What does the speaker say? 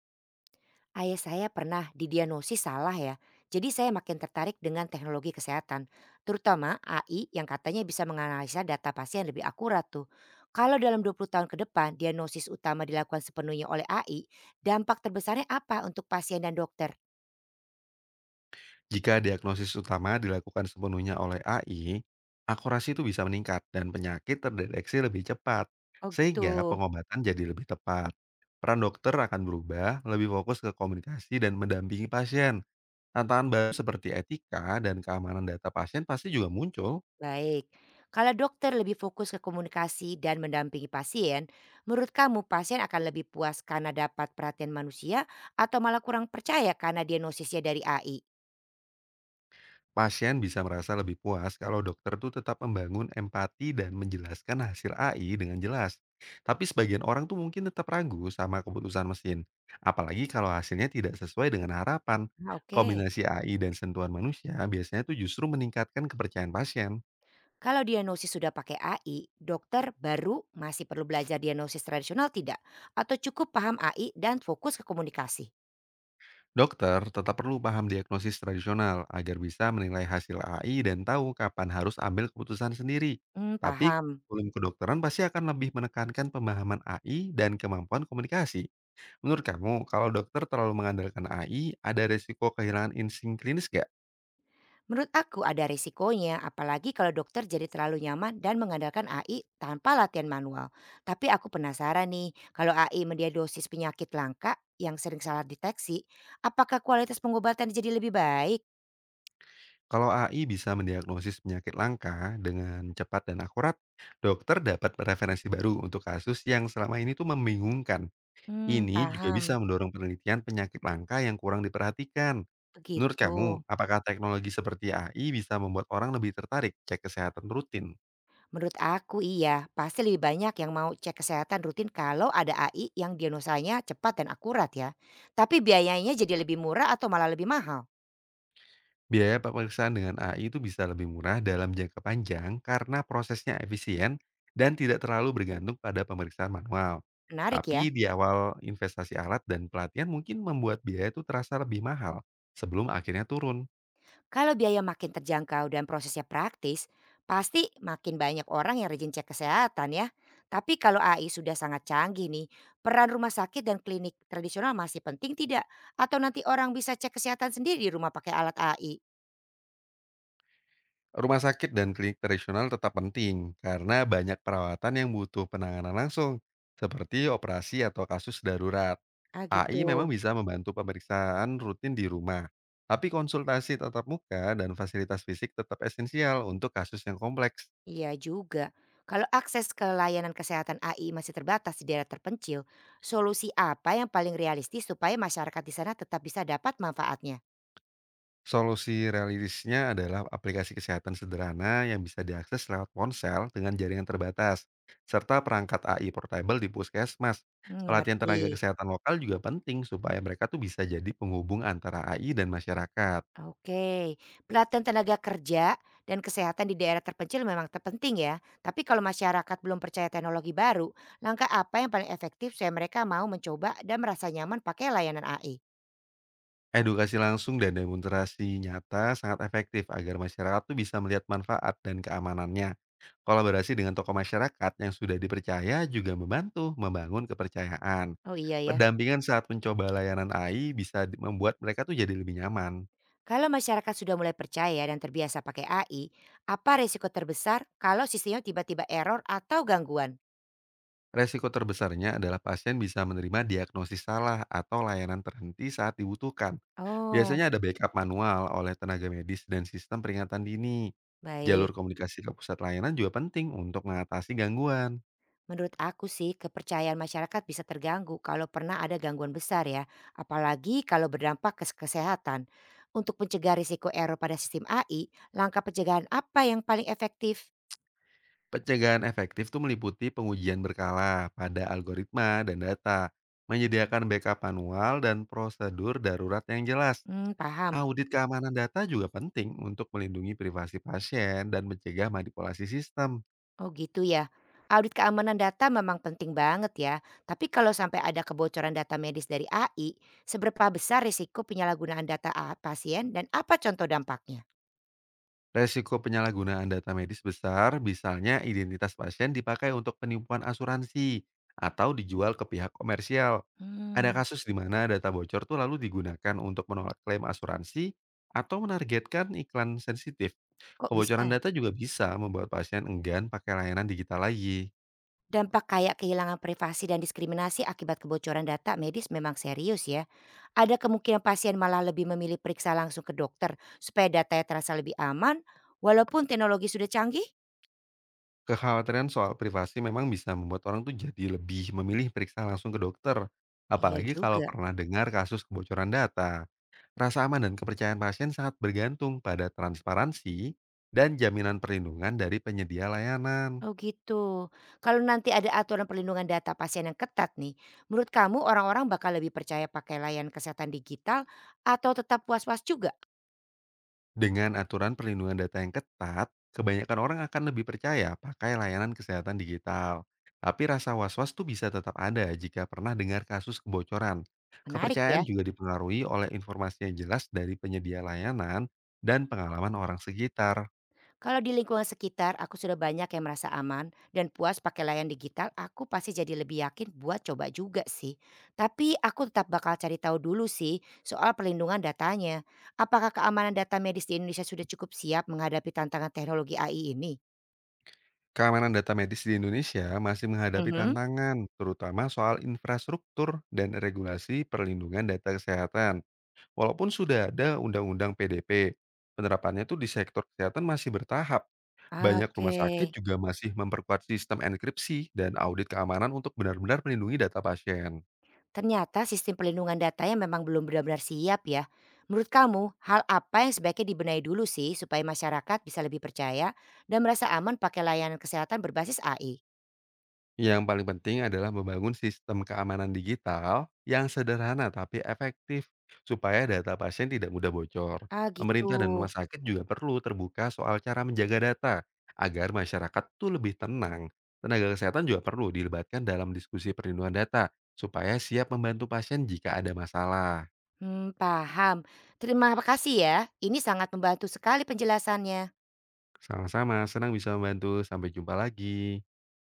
Ayah saya pernah didiagnosis salah ya. Jadi saya makin tertarik dengan teknologi kesehatan, terutama AI yang katanya bisa menganalisa data pasien lebih akurat tuh. Kalau dalam 20 tahun ke depan diagnosis utama dilakukan sepenuhnya oleh AI, dampak terbesarnya apa untuk pasien dan dokter? Jika diagnosis utama dilakukan sepenuhnya oleh AI, akurasi itu bisa meningkat dan penyakit terdeteksi lebih cepat, Oh gitu. sehingga pengobatan jadi lebih tepat. Peran dokter akan berubah, lebih fokus ke komunikasi dan mendampingi pasien. Tantangan baru seperti etika dan keamanan data pasien pasti juga muncul. Baik. Kalau dokter lebih fokus ke komunikasi dan mendampingi pasien, menurut kamu pasien akan lebih puas karena dapat perhatian manusia atau malah kurang percaya karena diagnosisnya dari AI? Pasien bisa merasa lebih puas kalau dokter tuh tetap membangun empati dan menjelaskan hasil AI dengan jelas. Tapi sebagian orang tuh mungkin tetap ragu sama keputusan mesin. Apalagi kalau hasilnya tidak sesuai dengan harapan. Ah, oke. Kombinasi AI dan sentuhan manusia biasanya tuh justru meningkatkan kepercayaan pasien. Kalau diagnosis sudah pakai AI, dokter baru masih perlu belajar diagnosis tradisional tidak? Atau cukup paham AI dan fokus ke komunikasi? Dokter tetap perlu paham diagnosis tradisional agar bisa menilai hasil AI dan tahu kapan harus ambil keputusan sendiri. Hmm, Tapi paham. kurikulum kedokteran pasti akan lebih menekankan pemahaman AI dan kemampuan komunikasi. Menurut kamu, kalau dokter terlalu mengandalkan AI, ada resiko kehilangan insting klinis nggak? Menurut aku ada risikonya, apalagi kalau dokter jadi terlalu nyaman dan mengandalkan AI tanpa latihan manual. Tapi aku penasaran nih, kalau AI mendiagnosis penyakit langka yang sering salah deteksi, apakah kualitas pengobatan jadi lebih baik? Kalau AI bisa mendiagnosis penyakit langka dengan cepat dan akurat, dokter dapat referensi baru untuk kasus yang selama ini tuh membingungkan. Hmm, Ini juga bisa paham. mendorong penelitian penyakit langka yang kurang diperhatikan. Menurut Begitu. kamu, apakah teknologi seperti AI bisa membuat orang lebih tertarik cek kesehatan rutin? Menurut aku iya, pasti lebih banyak yang mau cek kesehatan rutin kalau ada AI yang diagnosanya cepat dan akurat ya. Tapi biayanya jadi lebih murah atau malah lebih mahal? Biaya pemeriksaan dengan AI itu bisa lebih murah dalam jangka panjang karena prosesnya efisien dan tidak terlalu bergantung pada pemeriksaan manual. Menarik ya. Tapi di awal investasi alat dan pelatihan mungkin membuat biaya itu terasa lebih mahal sebelum akhirnya turun. Kalau biaya makin terjangkau dan prosesnya praktis, pasti makin banyak orang yang rajin cek kesehatan ya. Tapi kalau AI sudah sangat canggih nih, peran rumah sakit dan klinik tradisional masih penting tidak? Atau nanti orang bisa cek kesehatan sendiri di rumah pakai alat AI? Rumah sakit dan klinik tradisional tetap penting karena banyak perawatan yang butuh penanganan langsung, seperti operasi atau kasus darurat. Ah AI memang gitu. bisa membantu pemeriksaan rutin di rumah, tapi konsultasi tatap muka dan fasilitas fisik tetap esensial untuk kasus yang kompleks. Iya juga. Kalau akses ke layanan kesehatan AI masih terbatas di daerah terpencil, solusi apa yang paling realistis supaya masyarakat di sana tetap bisa dapat manfaatnya? Solusi realistisnya adalah aplikasi kesehatan sederhana yang bisa diakses lewat ponsel dengan jaringan terbatas, serta perangkat AI portable di puskesmas. Hmm, Pelatihan tenaga mengerti. kesehatan lokal juga penting supaya mereka tuh bisa jadi penghubung antara AI dan masyarakat. Oke, pelatihan tenaga kerja dan kesehatan di daerah terpencil memang terpenting ya. Tapi kalau masyarakat belum percaya teknologi baru, langkah apa yang paling efektif supaya mereka mau mencoba dan merasa nyaman pakai layanan AI? Edukasi langsung dan demonstrasi nyata sangat efektif agar masyarakat tuh bisa melihat manfaat dan keamanannya. Kolaborasi dengan tokoh masyarakat yang sudah dipercaya juga membantu membangun kepercayaan. Oh iya ya. Pendampingan saat mencoba layanan AI bisa membuat mereka tuh jadi lebih nyaman. Kalau masyarakat sudah mulai percaya dan terbiasa pakai AI, apa resiko terbesar kalau sistemnya tiba-tiba error atau gangguan? Resiko terbesarnya adalah pasien bisa menerima diagnosis salah atau layanan terhenti saat dibutuhkan. Oh, Biasanya ada backup manual oleh tenaga medis dan sistem peringatan dini. Jalur baik. komunikasi ke pusat layanan juga penting untuk mengatasi gangguan. Menurut aku sih, kepercayaan masyarakat bisa terganggu kalau pernah ada gangguan besar ya, apalagi kalau berdampak ke kesehatan. Untuk mencegah risiko error pada sistem AI, langkah pencegahan apa yang paling efektif? Pencegahan efektif itu meliputi pengujian berkala pada algoritma dan data, menyediakan backup manual dan prosedur darurat yang jelas. Hmm, paham. Audit keamanan data juga penting untuk melindungi privasi pasien dan mencegah manipulasi sistem. Oh gitu ya. Audit keamanan data memang penting banget ya. Tapi kalau sampai ada kebocoran data medis dari AI, seberapa besar risiko penyalahgunaan data pasien dan apa contoh dampaknya? Resiko penyalahgunaan data medis besar, misalnya identitas pasien dipakai untuk penipuan asuransi atau dijual ke pihak komersial. Ada Hmm, kasus di mana data bocor tuh lalu digunakan untuk menolak klaim asuransi atau menargetkan iklan sensitif. kok bisa, Kebocoran ya? data juga bisa membuat pasien enggan pakai layanan digital lagi. Dampak kayak kehilangan privasi dan diskriminasi akibat kebocoran data medis memang serius ya. Ada kemungkinan pasien malah lebih memilih periksa langsung ke dokter supaya datanya terasa lebih aman walaupun teknologi sudah canggih? Kekhawatiran soal privasi memang bisa membuat orang tuh jadi lebih memilih periksa langsung ke dokter, Iya apalagi kalau juga. pernah dengar kasus kebocoran data. Rasa aman dan kepercayaan pasien sangat bergantung pada transparansi dan jaminan perlindungan dari penyedia layanan. Oh gitu. Kalau nanti ada aturan perlindungan data pasien yang ketat nih, menurut kamu orang-orang bakal lebih percaya pakai layanan kesehatan digital atau tetap puas-puas juga? Dengan aturan perlindungan data yang ketat, kebanyakan orang akan lebih percaya pakai layanan kesehatan digital. Tapi rasa was-was tuh bisa tetap ada jika pernah dengar kasus kebocoran. Menarik ya. Kepercayaan juga dipengaruhi oleh informasi yang jelas dari penyedia layanan dan pengalaman orang sekitar. Kalau di lingkungan sekitar aku sudah banyak yang merasa aman dan puas pakai layanan digital, aku pasti jadi lebih yakin buat coba juga sih. Tapi aku tetap bakal cari tahu dulu sih soal perlindungan datanya. Apakah keamanan data medis di Indonesia sudah cukup siap menghadapi tantangan teknologi AI ini? Keamanan data medis di Indonesia masih menghadapi Mhm. tantangan, terutama soal infrastruktur dan regulasi perlindungan data kesehatan. Walaupun sudah ada undang-undang PDP, penerapannya tuh di sektor kesehatan masih bertahap. Ah, Banyak rumah oke. sakit juga masih memperkuat sistem enkripsi dan audit keamanan untuk benar-benar melindungi data pasien. Ternyata sistem pelindungan datanya memang belum benar-benar siap ya. Menurut kamu, hal apa yang sebaiknya dibenahi dulu sih supaya masyarakat bisa lebih percaya dan merasa aman pakai layanan kesehatan berbasis AI? Yang paling penting adalah membangun sistem keamanan digital yang sederhana tapi efektif, supaya data pasien tidak mudah bocor. Ah gitu. Pemerintah dan rumah sakit juga perlu terbuka soal cara menjaga data, agar masyarakat tuh lebih tenang. Tenaga kesehatan juga perlu dilibatkan dalam diskusi perlindungan data, supaya siap membantu pasien jika ada masalah. Hmm, paham. Terima kasih ya. Ini sangat membantu sekali penjelasannya. Sama-sama, senang bisa membantu. Sampai jumpa lagi.